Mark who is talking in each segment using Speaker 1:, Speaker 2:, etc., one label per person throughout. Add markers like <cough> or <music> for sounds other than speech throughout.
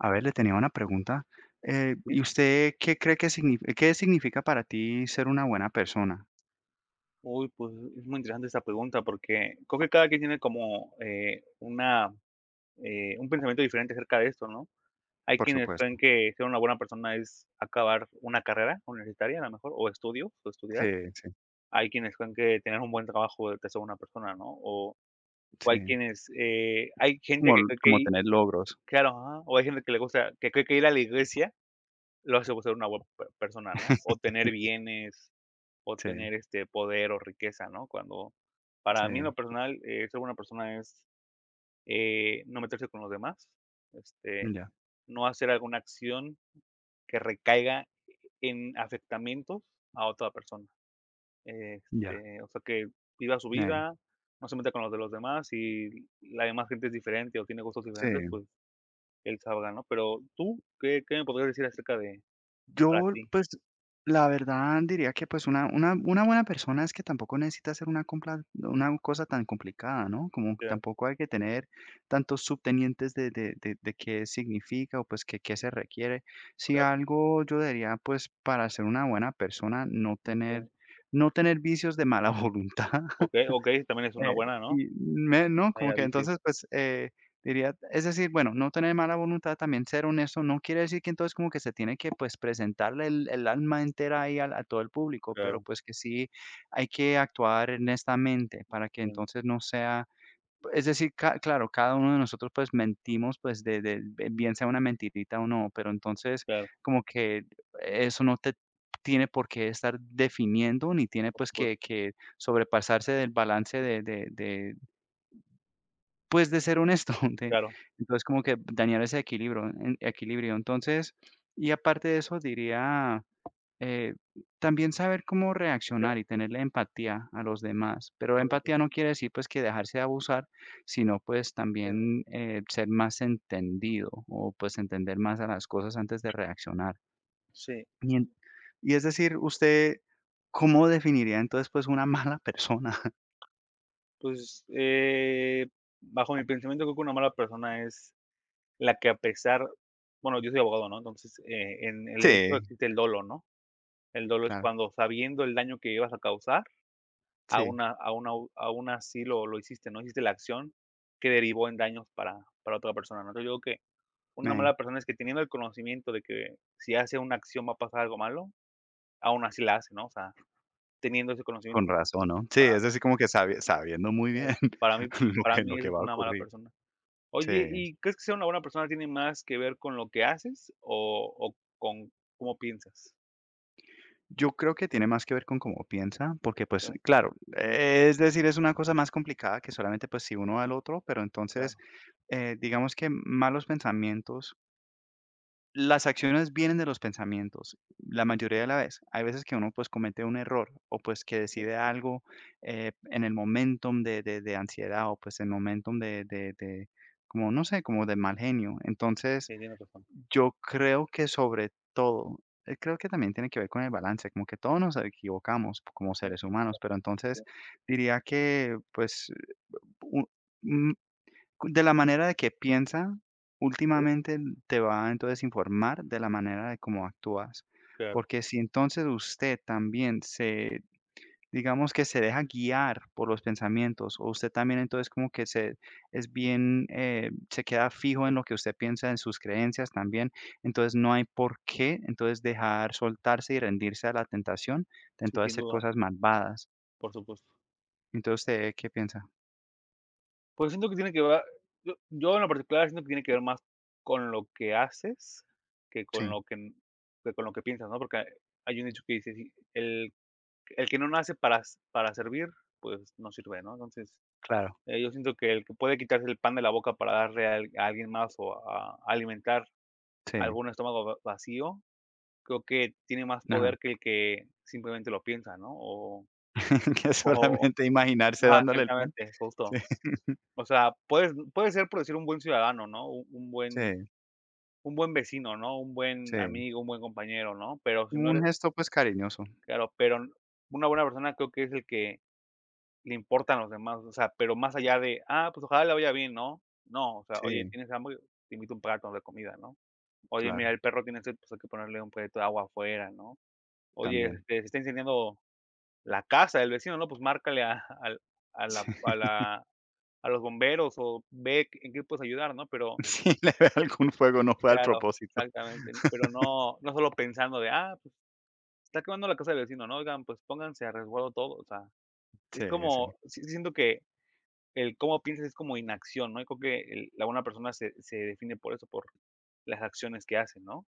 Speaker 1: A ver, le tenía una pregunta.
Speaker 2: Sí.
Speaker 1: ¿Y usted qué cree que significa, qué significa para ti ser una buena persona?
Speaker 2: Uy, pues es muy interesante esta pregunta porque creo que cada quien tiene como un pensamiento diferente acerca de esto, ¿no? Hay
Speaker 1: Por
Speaker 2: quienes creen
Speaker 1: supuesto.
Speaker 2: que ser una buena persona es acabar una carrera universitaria, a lo mejor, o estudios, o
Speaker 1: Sí,
Speaker 2: estudiar.
Speaker 1: sí,
Speaker 2: Hay quienes creen que tener un buen trabajo te hace una persona, ¿no? O hay
Speaker 1: sí.
Speaker 2: quienes, hay gente
Speaker 1: Como,
Speaker 2: que cree que,
Speaker 1: como tener logros.
Speaker 2: claro, ajá, o hay gente que le gusta, que cree que ir a la iglesia lo hace ser una buena persona, ¿no? O
Speaker 1: <laughs>
Speaker 2: tener bienes, o
Speaker 1: Sí,
Speaker 2: tener, poder o riqueza, ¿no? Cuando
Speaker 1: sí.
Speaker 2: para mí en lo personal, ser buena persona es, no meterse con los demás, este,
Speaker 1: Ya,
Speaker 2: no hacer alguna acción que recaiga en afectamientos a otra persona.
Speaker 1: ya.
Speaker 2: O sea, que viva su
Speaker 1: eh,
Speaker 2: vida, no se meta con los demás, y la demás gente es diferente o tiene gustos
Speaker 1: sí.
Speaker 2: diferentes, pues él sabrá, ¿no? Pero tú, ¿qué me podrías decir acerca de para
Speaker 1: Yo,
Speaker 2: ti?
Speaker 1: pues, la verdad diría que, pues, una buena persona es que tampoco necesita hacer una cosa tan complicada, ¿no?
Speaker 2: O
Speaker 1: Como
Speaker 2: sea,
Speaker 1: tampoco hay que tener tantos subtenientes de qué significa o, pues, qué se requiere. Si
Speaker 2: para
Speaker 1: algo yo diría, pues, para ser una buena persona, no tener
Speaker 2: ti.
Speaker 1: no tener vicios de mala <laughs> voluntad.
Speaker 2: Okey, okey, también es una
Speaker 1: Eh,
Speaker 2: buena, ¿no?
Speaker 1: y me no, como
Speaker 2: Vaya
Speaker 1: que
Speaker 2: vicio,
Speaker 1: entonces, pues, diría, es decir, bueno, no tener mala voluntad, también ser honesto, no quiere decir que entonces como que se tiene que, pues, presentarle el alma entera ahí al a todo el público, pero,
Speaker 2: claro,
Speaker 1: pues, que sí hay que actuar honestamente para que
Speaker 2: mm,
Speaker 1: entonces no sea, es decir, ca claro, cada uno de nosotros, pues, mentimos, pues, bien sea una mentirita o no, pero entonces,
Speaker 2: claro,
Speaker 1: como que eso no te tiene por qué estar definiendo, ni tiene,
Speaker 2: por
Speaker 1: pues,
Speaker 2: supuesto,
Speaker 1: que sobrepasarse del balance pues, de ser honesto, <laughs> de
Speaker 2: claro,
Speaker 1: entonces, como que dañar ese equilibrio en equilibrio. Entonces, y aparte de eso, diría, eh, también saber cómo
Speaker 2: claro,
Speaker 1: reaccionar y tener la empatía a los demás, pero
Speaker 2: por
Speaker 1: empatía
Speaker 2: supuesto,
Speaker 1: no quiere decir pues que dejarse abusar, sino pues
Speaker 2: entiendo.
Speaker 1: también, ser más entendido o pues entender más a las cosas antes de reaccionar.
Speaker 2: Sí,
Speaker 1: Y, y es decir, usted, ¿cómo definiría entonces pues una mala persona? <laughs>
Speaker 2: pues, bajo mi pensamiento, creo que una mala persona es la que a pesar, bueno, yo soy abogado, ¿no? Entonces, en el derecho
Speaker 1: Sí,
Speaker 2: existe el dolo, ¿no? El dolo es
Speaker 1: claro,
Speaker 2: cuando sabiendo el daño que ibas a causar,
Speaker 1: sí,
Speaker 2: aún a aún au aún así lo hiciste, ¿no? Hiciste la acción que derivó en daños para otra persona, ¿no? Entonces, yo digo que una
Speaker 1: me-
Speaker 2: mala persona es que teniendo el conocimiento de que si hace una acción va a pasar algo malo, aún así la hace, ¿no? O sea, teniendo ese
Speaker 1: con
Speaker 2: conocimiento.
Speaker 1: razón, ¿no? Sí, es decir, como que sabiendo muy
Speaker 2: Claro.
Speaker 1: bien
Speaker 2: Para mí
Speaker 1: <laughs> lo
Speaker 2: para
Speaker 1: que,
Speaker 2: mí
Speaker 1: lo
Speaker 2: eso
Speaker 1: que
Speaker 2: es
Speaker 1: va a
Speaker 2: una mala
Speaker 1: ocurrir.
Speaker 2: persona.
Speaker 1: Sí.
Speaker 2: Oye, ¿y crees que ser una buena persona tiene más que ver con lo que haces o con cómo piensas?
Speaker 1: Yo creo que tiene más que ver con cómo piensa, porque pues
Speaker 2: Okey,
Speaker 1: claro, es decir, es una cosa más complicada que solamente pues si uno al otro, pero entonces,
Speaker 2: claro,
Speaker 1: digamos que malos pensamientos, las acciones vienen de los pensamientos, la
Speaker 2: por supuesto.
Speaker 1: mayoría de la vez. Hay veces que uno pues comete un error o pues que decide algo, en el momentum de, de ansiedad o pues en el momentum como no sé, como de mal genio. Entonces,
Speaker 2: Sí, tienes razón.
Speaker 1: yo creo que sobre todo, creo que también tiene que ver con el balance, como que todos nos equivocamos como
Speaker 2: Sí.
Speaker 1: seres humanos, pero
Speaker 2: Sí,
Speaker 1: entonces diría que, pues, u- mm, de la manera de que piensa,
Speaker 2: sí.
Speaker 1: últimamente te va a entonces informar de la manera de cómo actúas,
Speaker 2: Claro,
Speaker 1: porque si entonces usted también se. Digamos que se deja guiar por los pensamientos, o usted también entonces como que se es bien, se queda fijo en
Speaker 2: sí,
Speaker 1: lo que usted piensa, en sus creencias también, entonces no hay por qué, entonces dejar soltarse y rendirse a la tentación de
Speaker 2: sí,
Speaker 1: entonces
Speaker 2: sin
Speaker 1: hacer
Speaker 2: duda,
Speaker 1: cosas malvadas.
Speaker 2: por supuesto.
Speaker 1: Entonces, ¿usted qué piensa?
Speaker 2: Pues siento que tiene que ver, yo en lo particular siento que tiene que ver más con lo que haces que con
Speaker 1: Sí,
Speaker 2: lo que que con lo que piensas, ¿no? Porque hay un dicho que dice: "Si el el que no nace para servir, pues no sirve", ¿no? Entonces,
Speaker 1: claro,
Speaker 2: yo siento que el que puede quitarse el pan de la boca para darle a alguien más o a alimentar
Speaker 1: sí,
Speaker 2: algún estómago va vacío, creo que tiene más
Speaker 1: ajá,
Speaker 2: poder que el que simplemente lo piensa, ¿no? O
Speaker 1: <laughs> que
Speaker 2: o
Speaker 1: solamente imaginarse
Speaker 2: ajá,
Speaker 1: dándole el pan.
Speaker 2: exactamente,
Speaker 1: Sí,
Speaker 2: justo.
Speaker 1: <laughs>
Speaker 2: O sea, puede ser, por decir, un buen ciudadano, ¿no? Un un buen
Speaker 1: sí,
Speaker 2: un buen vecino, ¿no? Un buen
Speaker 1: sí,
Speaker 2: amigo, un buen compañero, ¿no? Pero si
Speaker 1: como
Speaker 2: no
Speaker 1: un
Speaker 2: eres,
Speaker 1: gesto, pues, cariñoso.
Speaker 2: claro, pero una buena persona creo que es el que le importan los demás, o sea, pero más allá de: "Ah, pues ojalá le vaya bien", ¿no? No, o sea: "Oye,
Speaker 1: Sí,
Speaker 2: ¿tienes hambre? Te invito un plato de comida", ¿no? "Oye, mira,
Speaker 1: claro,
Speaker 2: el perro tiene sed, pues hay que ponerle un poquito de agua afuera", ¿no? "Oye,
Speaker 1: también.
Speaker 2: este, se está incendiando la casa del vecino", ¿no? "Pues márcale a al a la
Speaker 1: <laughs> Sí.
Speaker 2: a la a los bomberos o ve en qué puedes ayudar", ¿no? Pero
Speaker 1: <laughs> Sí, le ve algún fuego, no fue al
Speaker 2: claro,
Speaker 1: propósito.
Speaker 2: exactamente, pero no no solo pensando de: "Ah, pues está quemando la casa del vecino", ¿no? Oigan, pues pónganse a resguardo todo, o sea,
Speaker 1: Sí,
Speaker 2: es
Speaker 1: sí.
Speaker 2: como sí sí siento que el cómo piensas es como inacción, ¿no? Y creo que el la buena persona se define por eso, por las acciones que hace, ¿no?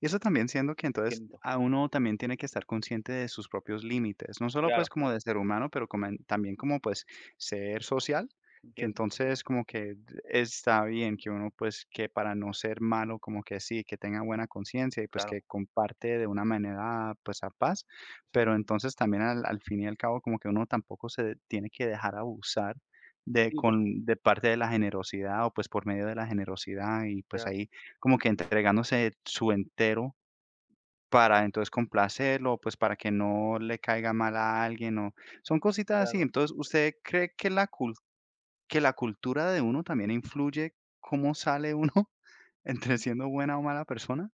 Speaker 1: Y eso también siendo que entonces
Speaker 2: Entiendo,
Speaker 1: a uno también tiene que estar consciente de sus propios límites, no solo pues
Speaker 2: claro,
Speaker 1: como de ser humano, pero como también como pues ser social, que
Speaker 2: entiendo,
Speaker 1: entonces como que está bien que uno pues que para no ser malo como que sí, que tenga buena conciencia y pues
Speaker 2: claro,
Speaker 1: que comparte de una manera pues a paz,
Speaker 2: sí.
Speaker 1: pero entonces también al fin y al cabo como que uno tampoco se tiene que dejar abusar de,
Speaker 2: Sí, por supuesto,
Speaker 1: con, de parte de la generosidad o pues por medio de la generosidad y pues
Speaker 2: claro,
Speaker 1: ahí como que entregándose su entero para entonces complacerlo, pues para que no le caiga mal a alguien o son cositas así.
Speaker 2: claro.
Speaker 1: Entonces, ¿usted cree que la cul que la cultura de uno también influye cómo sale uno <laughs> entre siendo buena o mala persona?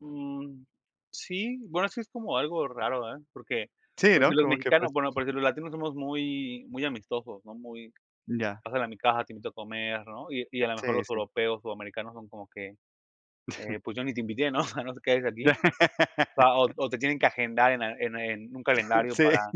Speaker 2: Mm, sí, bueno, sí es como algo raro, ¿eh? Porque,
Speaker 1: Sí,
Speaker 2: pues, si
Speaker 1: ¿no?
Speaker 2: los
Speaker 1: Como que
Speaker 2: mexicanos,
Speaker 1: pues
Speaker 2: bueno, porque los latinos somos muy muy amistosos, ¿no? Muy,
Speaker 1: ya,
Speaker 2: pásale a mi casa, te invito a comer, ¿no? Y a lo mejor
Speaker 1: sí,
Speaker 2: los
Speaker 1: sí. <laughs>
Speaker 2: europeos o americanos son como que, pues yo ni te invité, ¿no? <laughs> O sea, no te quedes aquí.
Speaker 1: Ya. <laughs>
Speaker 2: O sea, o te tienen que agendar en a en en un calendario
Speaker 1: Sí,
Speaker 2: para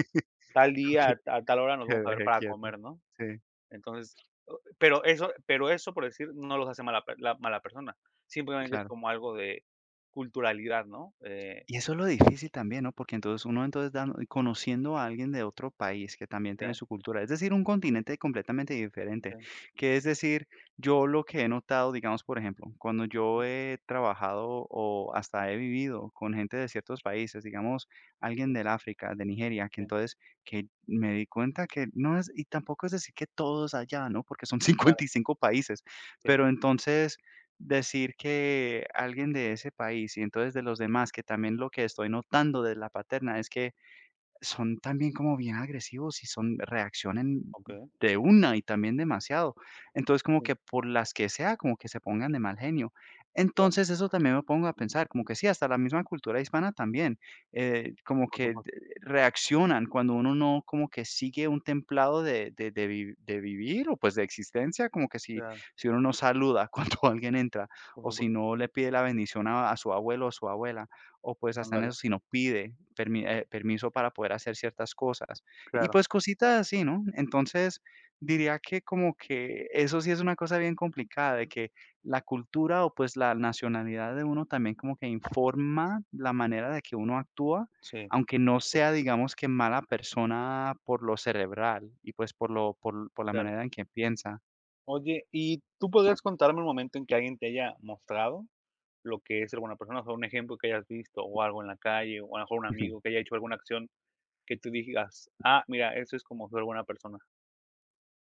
Speaker 2: tal
Speaker 1: como
Speaker 2: día,
Speaker 1: que
Speaker 2: a tal hora nos
Speaker 1: te
Speaker 2: vamos a ver
Speaker 1: deje
Speaker 2: para
Speaker 1: quieto.
Speaker 2: comer, ¿no?
Speaker 1: Sí,
Speaker 2: Entonces, o- pero eso, por decir, no los hace mala per la mala persona. Simplemente es
Speaker 1: claro.
Speaker 2: como algo de culturalidad, ¿no?
Speaker 1: Y eso es lo difícil también, ¿no? Porque entonces uno entonces ¿no? Conociendo a alguien de otro país que también
Speaker 2: Ya,
Speaker 1: tiene su cultura, es decir, un continente completamente diferente,
Speaker 2: sí,
Speaker 1: que es decir, yo lo que he notado, digamos, por ejemplo, cuando yo he trabajado o hasta he vivido con gente de ciertos países, digamos, alguien
Speaker 2: ujú,
Speaker 1: del África, de Nigeria, que
Speaker 2: okey, sí,
Speaker 1: entonces que me di cuenta que no es, y tampoco es decir que todos allá, ¿no? Porque son <laughs>
Speaker 2: claro,
Speaker 1: 55 países,
Speaker 2: sí,
Speaker 1: pero entonces decir que alguien de ese país y entonces de los demás, que también lo que estoy notando de la paterna es que son también como bien agresivos y son reaccionan
Speaker 2: okey,
Speaker 1: de una y también demasiado. Entonces, como
Speaker 2: sí,
Speaker 1: que por las que sea, como que se pongan de mal genio.
Speaker 2: claro,
Speaker 1: Entonces, eso también me pongo a pensar, como que sí, hasta la misma cultura hispana también, como
Speaker 2: por
Speaker 1: que d
Speaker 2: supuesto,
Speaker 1: reaccionan cuando uno no como que sigue un templado de vivir o, pues, de existencia, como que si
Speaker 2: claro,
Speaker 1: si uno no saluda <laughs> cuando alguien entra,
Speaker 2: por
Speaker 1: o si
Speaker 2: supuesto,
Speaker 1: no le pide la bendición a su abuelo o su abuela o pues hasta en
Speaker 2: ándale,
Speaker 1: eso, si no pide permiso para poder hacer ciertas cosas. Y
Speaker 2: claro,
Speaker 1: pues cositas así, ¿no? Entonces, diría que como que eso sí es una cosa bien complicada, de que la cultura o pues la nacionalidad de uno también como que informa la manera de que uno actúa,
Speaker 2: sí,
Speaker 1: aunque no
Speaker 2: pues,
Speaker 1: sea, digamos que mala persona por lo cerebral y pues por lo por la
Speaker 2: claro.
Speaker 1: manera en que piensa.
Speaker 2: Oye, ¿y tú podrías contarme un momento en que alguien te haya mostrado lo que es ser buena persona? O sea, un ejemplo que hayas visto, o algo en la calle, o a lo mejor un amigo que
Speaker 1: <laughs>
Speaker 2: haya hecho alguna acción que tú digas: "Ah, mira, eso es como ser buena persona".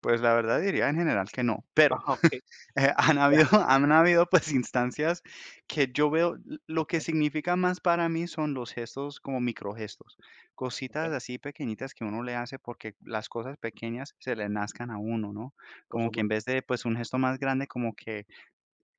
Speaker 1: Pues la verdad diría en general que no, pero,
Speaker 2: Ajá, okey,
Speaker 1: Han
Speaker 2: ya.
Speaker 1: habido, <laughs> han habido pues instancias que yo veo, lo que
Speaker 2: Okey,
Speaker 1: significa más para mí son los gestos como microgestos, cositas
Speaker 2: okey,
Speaker 1: así pequeñitas que uno le hace porque las cosas pequeñas se le nazcan a uno, ¿no?
Speaker 2: por
Speaker 1: Como que en
Speaker 2: supuesto,
Speaker 1: vez de pues un gesto más grande, como que,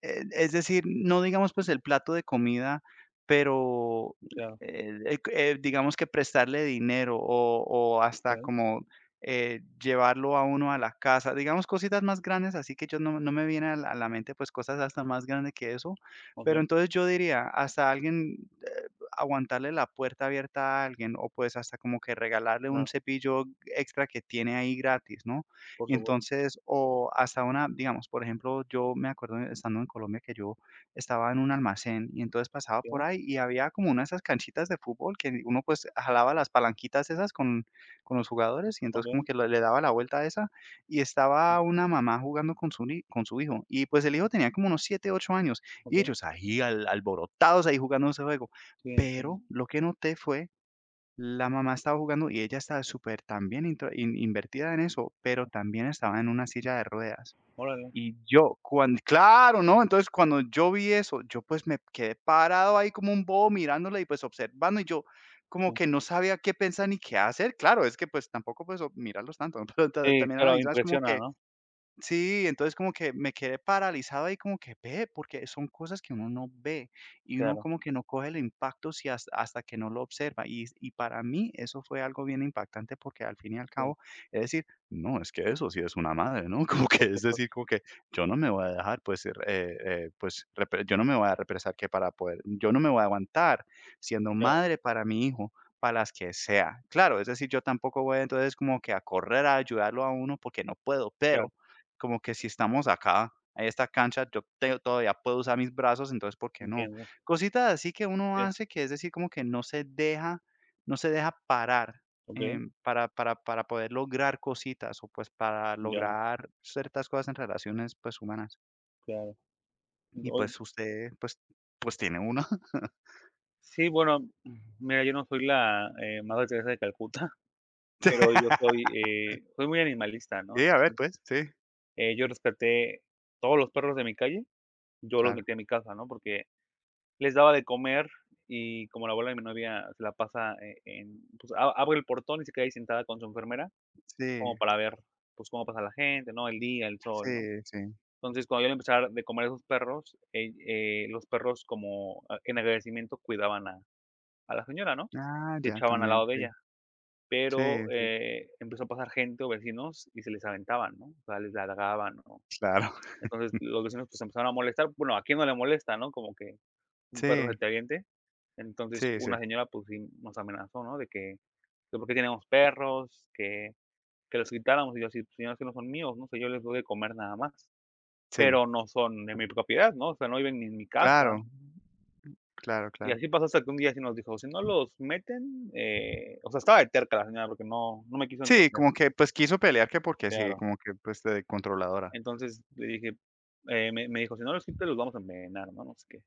Speaker 1: es decir, no digamos, pues, el plato de comida, pero,
Speaker 2: claro,
Speaker 1: el digamos que prestarle dinero o hasta
Speaker 2: okey,
Speaker 1: como, llevarlo a uno a la casa, digamos, cositas más grandes, así que yo no me viene a la mente, pues, cosas hasta más grande que eso, pero
Speaker 2: okey,
Speaker 1: entonces yo diría, hasta alguien, aguantarle la puerta abierta a alguien o, pues, hasta como que regalarle un
Speaker 2: claro,
Speaker 1: cepillo extra que tiene ahí gratis, ¿no?
Speaker 2: por supuesto,
Speaker 1: Entonces, o hasta una, digamos, por ejemplo, yo me acuerdo estando en Colombia que yo estaba en un almacén y entonces pasaba por
Speaker 2: okey,
Speaker 1: ahí y había como una de esas canchitas de fútbol que uno pues jalaba las palanquitas esas con los jugadores y entonces como
Speaker 2: okey,
Speaker 1: que le daba la vuelta a esa y
Speaker 2: mm,
Speaker 1: estaba una mamá jugando con su, con su hijo y pues el hijo tenía como unos 7 8 años y ellos ahí alborotados ahí jugando ese juego.
Speaker 2: sí, entiendo.
Speaker 1: Pero lo que noté fue la mamá estaba jugando y ella estaba súper también intro in invertida en eso, pero también estaba en una silla de ruedas.
Speaker 2: Órale,
Speaker 1: Y yo cuan claro, ¿no? Entonces, cuando yo vi eso, yo, pues, me quedé parado ahí como un bobo mirándola y, pues, observando, y yo como
Speaker 2: sí.
Speaker 1: que no sabía qué pensar ni qué hacer. Claro, es que, pues, tampoco, pues, o mirarlos tanto, <laughs> pero ta
Speaker 2: Sí,
Speaker 1: también a la
Speaker 2: claro,
Speaker 1: misma es como
Speaker 2: impresiona,
Speaker 1: que.
Speaker 2: ¿no?
Speaker 1: Sí, entonces como que me quedé paralizado ahí como que ve, porque son cosas que uno no ve y uno
Speaker 2: Claro,
Speaker 1: como que no coge el impacto si hasta, que no lo observa. Y para mí eso fue algo bien impactante porque al fin y al
Speaker 2: sí,
Speaker 1: cabo, es decir, no, es que eso sí es una madre, ¿no? <laughs> Como que
Speaker 2: por
Speaker 1: es decir,
Speaker 2: supuesto,
Speaker 1: como que yo no me voy a dejar, pues, pues yo no me voy a represar que para poder, yo no me voy a aguantar siendo
Speaker 2: claro,
Speaker 1: madre para mi hijo. Para las que sea. Claro, es decir, yo tampoco voy entonces como que a correr a ayudarlo a uno porque no puedo,
Speaker 2: claro,
Speaker 1: pero como que si estamos acá, en esta cancha, yo te todavía puedo usar mis brazos, entonces, ¿por qué no?
Speaker 2: entiendo,
Speaker 1: Cositas así que uno
Speaker 2: sí,
Speaker 1: hace que, es decir, como que no se deja parar,
Speaker 2: okey,
Speaker 1: para poder lograr cositas o, pues, para
Speaker 2: ya,
Speaker 1: lograr ciertas cosas en relaciones, pues, humanas.
Speaker 2: claro.
Speaker 1: Y,
Speaker 2: Oye,
Speaker 1: pues, usted, pues, tiene uno.
Speaker 2: sí, bueno, mira, yo no soy la Madre Teresa de Calcuta, <laughs> pero yo
Speaker 1: <laughs>
Speaker 2: soy, soy muy animalista, ¿no?
Speaker 1: Sí, a ver,
Speaker 2: Entonces,
Speaker 1: pues, sí,
Speaker 2: yo respeté todos los perros de mi calle, yo los
Speaker 1: claro.
Speaker 2: metía a mi casa, ¿no? Porque les daba de comer, y como la abuela de mi novia se la pasa, en pues, a abre el portón y se queda ahí sentada con su enfermera, como
Speaker 1: Sí,
Speaker 2: para ver, pues, cómo pasa la gente, ¿no? El día, el
Speaker 1: sí,
Speaker 2: sol, ¿no?
Speaker 1: sí.
Speaker 2: Entonces, cuando yo le empecé a dar de comer a esos perros, los perros como a en agradecimiento cuidaban a la señora, ¿no?
Speaker 1: Ah,
Speaker 2: Se
Speaker 1: ya,
Speaker 2: echaban al
Speaker 1: también,
Speaker 2: lado de
Speaker 1: sí.
Speaker 2: ella,
Speaker 1: Sí,
Speaker 2: pero,
Speaker 1: sí,
Speaker 2: empezó a pasar gente o vecinos y se les aventaban, ¿no? O sea, les ladraban, ¿no?
Speaker 1: claro. <laughs>
Speaker 2: Entonces, los vecinos, pues, empezaron a molestar. Bueno, ¿a quién no le molesta, no? Como que un perro
Speaker 1: Sí,
Speaker 2: serviente. Entonces,
Speaker 1: sí, sí,
Speaker 2: una señora, pues, sí nos amenazó, ¿no? De que por qué tenemos perros, que los quitáramos, y yo así: "Señora, que no son míos, ¿no? Sé, yo les doy de comer nada más,
Speaker 1: sí,
Speaker 2: pero no son de mi propiedad, ¿no? O sea, no viven ni en mi casa".
Speaker 1: claro. Claro,
Speaker 2: Y
Speaker 1: claro.
Speaker 2: así pasó hasta que un día sí nos dijo: "Si no los meten", o sea, estaba de terca la señora porque no me quiso
Speaker 1: Sí,
Speaker 2: entender,
Speaker 1: como que, pues, quiso pelear que porque sí,
Speaker 2: claro.
Speaker 1: como que, pues, de controladora.
Speaker 2: Entonces, le dije, me dijo: "Si no los quitas los vamos a envenenar", ¿no? No sé qué.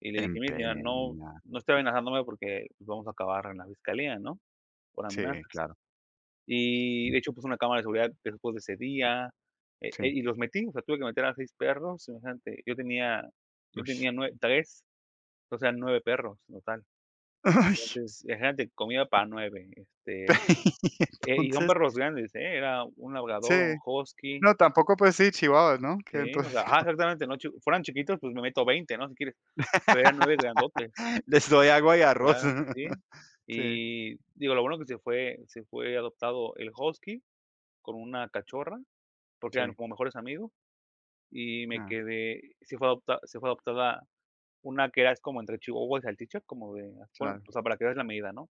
Speaker 2: Y le dije: "Mire, señora, no
Speaker 1: Envenenada.
Speaker 2: no esté amenazándome porque, pues, vamos a acabar en la fiscalía", ¿no? Por
Speaker 1: Sí,
Speaker 2: amenazas.
Speaker 1: claro,
Speaker 2: Y de hecho, puse una cámara de seguridad después de ese día,
Speaker 1: sí.
Speaker 2: y los metí, o sea, tuve que meter a 6 perros, imagínate, yo tenía yo
Speaker 1: Uy.
Speaker 2: tenía nue 3, o sea, 9 perros en total.
Speaker 1: Ay.
Speaker 2: Entonces, imagínate, comida para 9 este,
Speaker 1: <laughs>
Speaker 2: y son
Speaker 1: Entonces,
Speaker 2: perros grandes, ¿eh? Era un
Speaker 1: sí.
Speaker 2: labrador, un husky,
Speaker 1: No, tampoco, pues sí, chihuahuas, ¿no? Que
Speaker 2: sí, o sea
Speaker 1: entonces
Speaker 2: ajá,
Speaker 1: como
Speaker 2: exactamente, no chi fueran chiquitos, pues me meto veinte, ¿no? Si quieres, pero eran 9 grandotes,
Speaker 1: <laughs> les doy agua y arroz.
Speaker 2: ya, sí.
Speaker 1: <laughs> Sí,
Speaker 2: Y digo, lo bueno que se fue adoptado el husky con una cachorra porque eran
Speaker 1: sí.
Speaker 2: como mejores amigos, y me
Speaker 1: Ah,
Speaker 2: quedé, sí fue adoptada una que era es como entre chihuahua y salchicha, como de ah, pon
Speaker 1: claro.
Speaker 2: o sea, para que veas la medida, ¿no?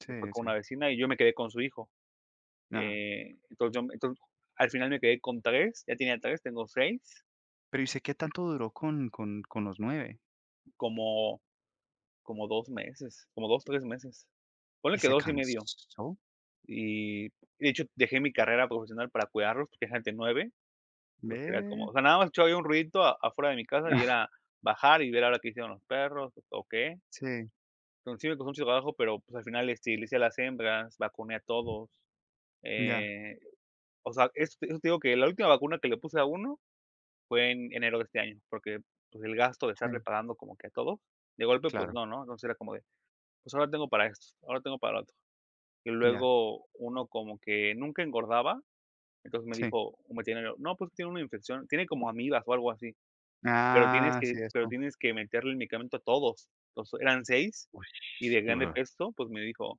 Speaker 1: Sí,
Speaker 2: Se fue con
Speaker 1: sí.
Speaker 2: una vecina y yo me quedé con su hijo,
Speaker 1: Ajá.
Speaker 2: entonces yo entonces al final me quedé con tres, ya tenía tres, tengo seis,
Speaker 1: Pero, ¿y sé qué tanto duró con los nueve?
Speaker 2: como como 2 meses, como 2 3 meses.
Speaker 1: ¿Y
Speaker 2: Ponle que
Speaker 1: se
Speaker 2: 2 y medio,
Speaker 1: cansó?
Speaker 2: y de hecho dejé mi carrera profesional para cuidarlos, porque es de nueve. Pues era como,
Speaker 1: Ve.
Speaker 2: o sea, nada más escuchaba yo un ruidito a afuera de mi casa y
Speaker 1: <laughs>
Speaker 2: era bajar y ver ahora qué hicieron los perros o qué.
Speaker 1: Sí,
Speaker 2: Entonces, sí me costó mucho trabajo, pero, pues, al final, este, le hice a las hembras, vacuné a todos.
Speaker 1: ya,
Speaker 2: Eh, o sea, eso te digo que la última vacuna que le puse a uno fue en enero de este año, porque, pues, el gasto de estarle
Speaker 1: sí,
Speaker 2: pagando como que a todos, de golpe, pues
Speaker 1: claro,
Speaker 2: no, ¿no? Entonces, era como de, pues, ahora tengo para esto, ahora tengo para lo otro. Y
Speaker 1: ya,
Speaker 2: luego uno como que nunca engordaba, entonces me
Speaker 1: sí.
Speaker 2: dijo un veterinario: "No, pues, tiene una infección, tiene como amibas o algo así". Pero tienes
Speaker 1: Ah,
Speaker 2: que
Speaker 1: sí,
Speaker 2: pero
Speaker 1: eso.
Speaker 2: tienes que meterle el medicamento a todos. Los eran 6
Speaker 1: Uy,
Speaker 2: y de grande
Speaker 1: guau.
Speaker 2: peso, pues, me dijo: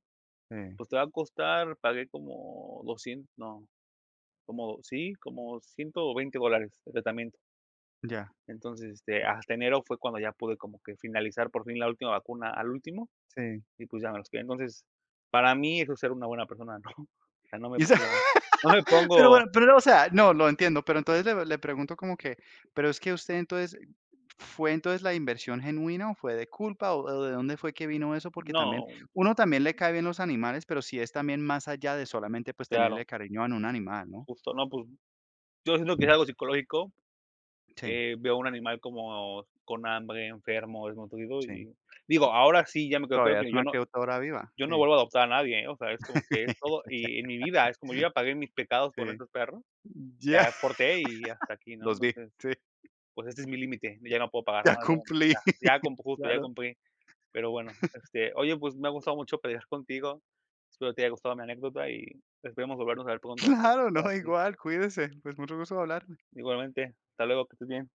Speaker 1: Sí,
Speaker 2: "Pues, te va a costar", pagué como 200, no, como sí, como $120 de tratamiento.
Speaker 1: ya,
Speaker 2: Entonces, este, hasta enero fue cuando ya pude como que finalizar por fin la última vacuna al último,
Speaker 1: sí.
Speaker 2: y, pues, ya me los quedé. Entonces, para mí eso es ser una buena persona, ¿no? <laughs> O sea, no me
Speaker 1: Y esa
Speaker 2: pongo no me
Speaker 1: <laughs> pero
Speaker 2: pongo
Speaker 1: bueno, pero, no, o sea, no, lo entiendo, pero entonces le pregunto como que, pero es que usted entonces, ¿fue entonces la inversión genuina o fue de culpa o de dónde fue que vino eso? Porque también
Speaker 2: no,
Speaker 1: uno también le cae bien los animales, pero sí es también más allá de solamente, pues,
Speaker 2: claro,
Speaker 1: tenerle cariño a un animal, ¿no?
Speaker 2: justo, no, pues, yo siento que es algo psicológico,
Speaker 1: Sí,
Speaker 2: veo un animal como con hambre, enfermo, desnutrido,
Speaker 1: sí.
Speaker 2: y digo, ahora sí ya me creo claro
Speaker 1: Todavía
Speaker 2: que
Speaker 1: es
Speaker 2: yo
Speaker 1: una
Speaker 2: no
Speaker 1: criatura viva,
Speaker 2: yo no
Speaker 1: sí.
Speaker 2: vuelvo a adoptar a nadie, ¿eh? O sea, es como que es todo
Speaker 1: <laughs>
Speaker 2: y en mi vida, es como yo ya pagué mis pecados con
Speaker 1: Sí.
Speaker 2: esos perros,
Speaker 1: Ya,
Speaker 2: ya porté y hasta aquí, ¿no?
Speaker 1: los vi,
Speaker 2: Entonces,
Speaker 1: sí,
Speaker 2: pues este es mi límite, ya no puedo pagar
Speaker 1: ya
Speaker 2: más, ya
Speaker 1: cumplí,
Speaker 2: ya cum
Speaker 1: <laughs>
Speaker 2: justo, ya
Speaker 1: claro.
Speaker 2: compré. Pero bueno, este, oye, pues me ha gustado mucho platicar contigo. Espero te haya gustado mi anécdota, y esperemos volvernos a ver
Speaker 1: <laughs>
Speaker 2: pronto por
Speaker 1: Claro,
Speaker 2: por
Speaker 1: no,
Speaker 2: aquí.
Speaker 1: igual, cuídese. Pues mucho gusto hablar.
Speaker 2: Igualmente, hasta luego, que estés bien.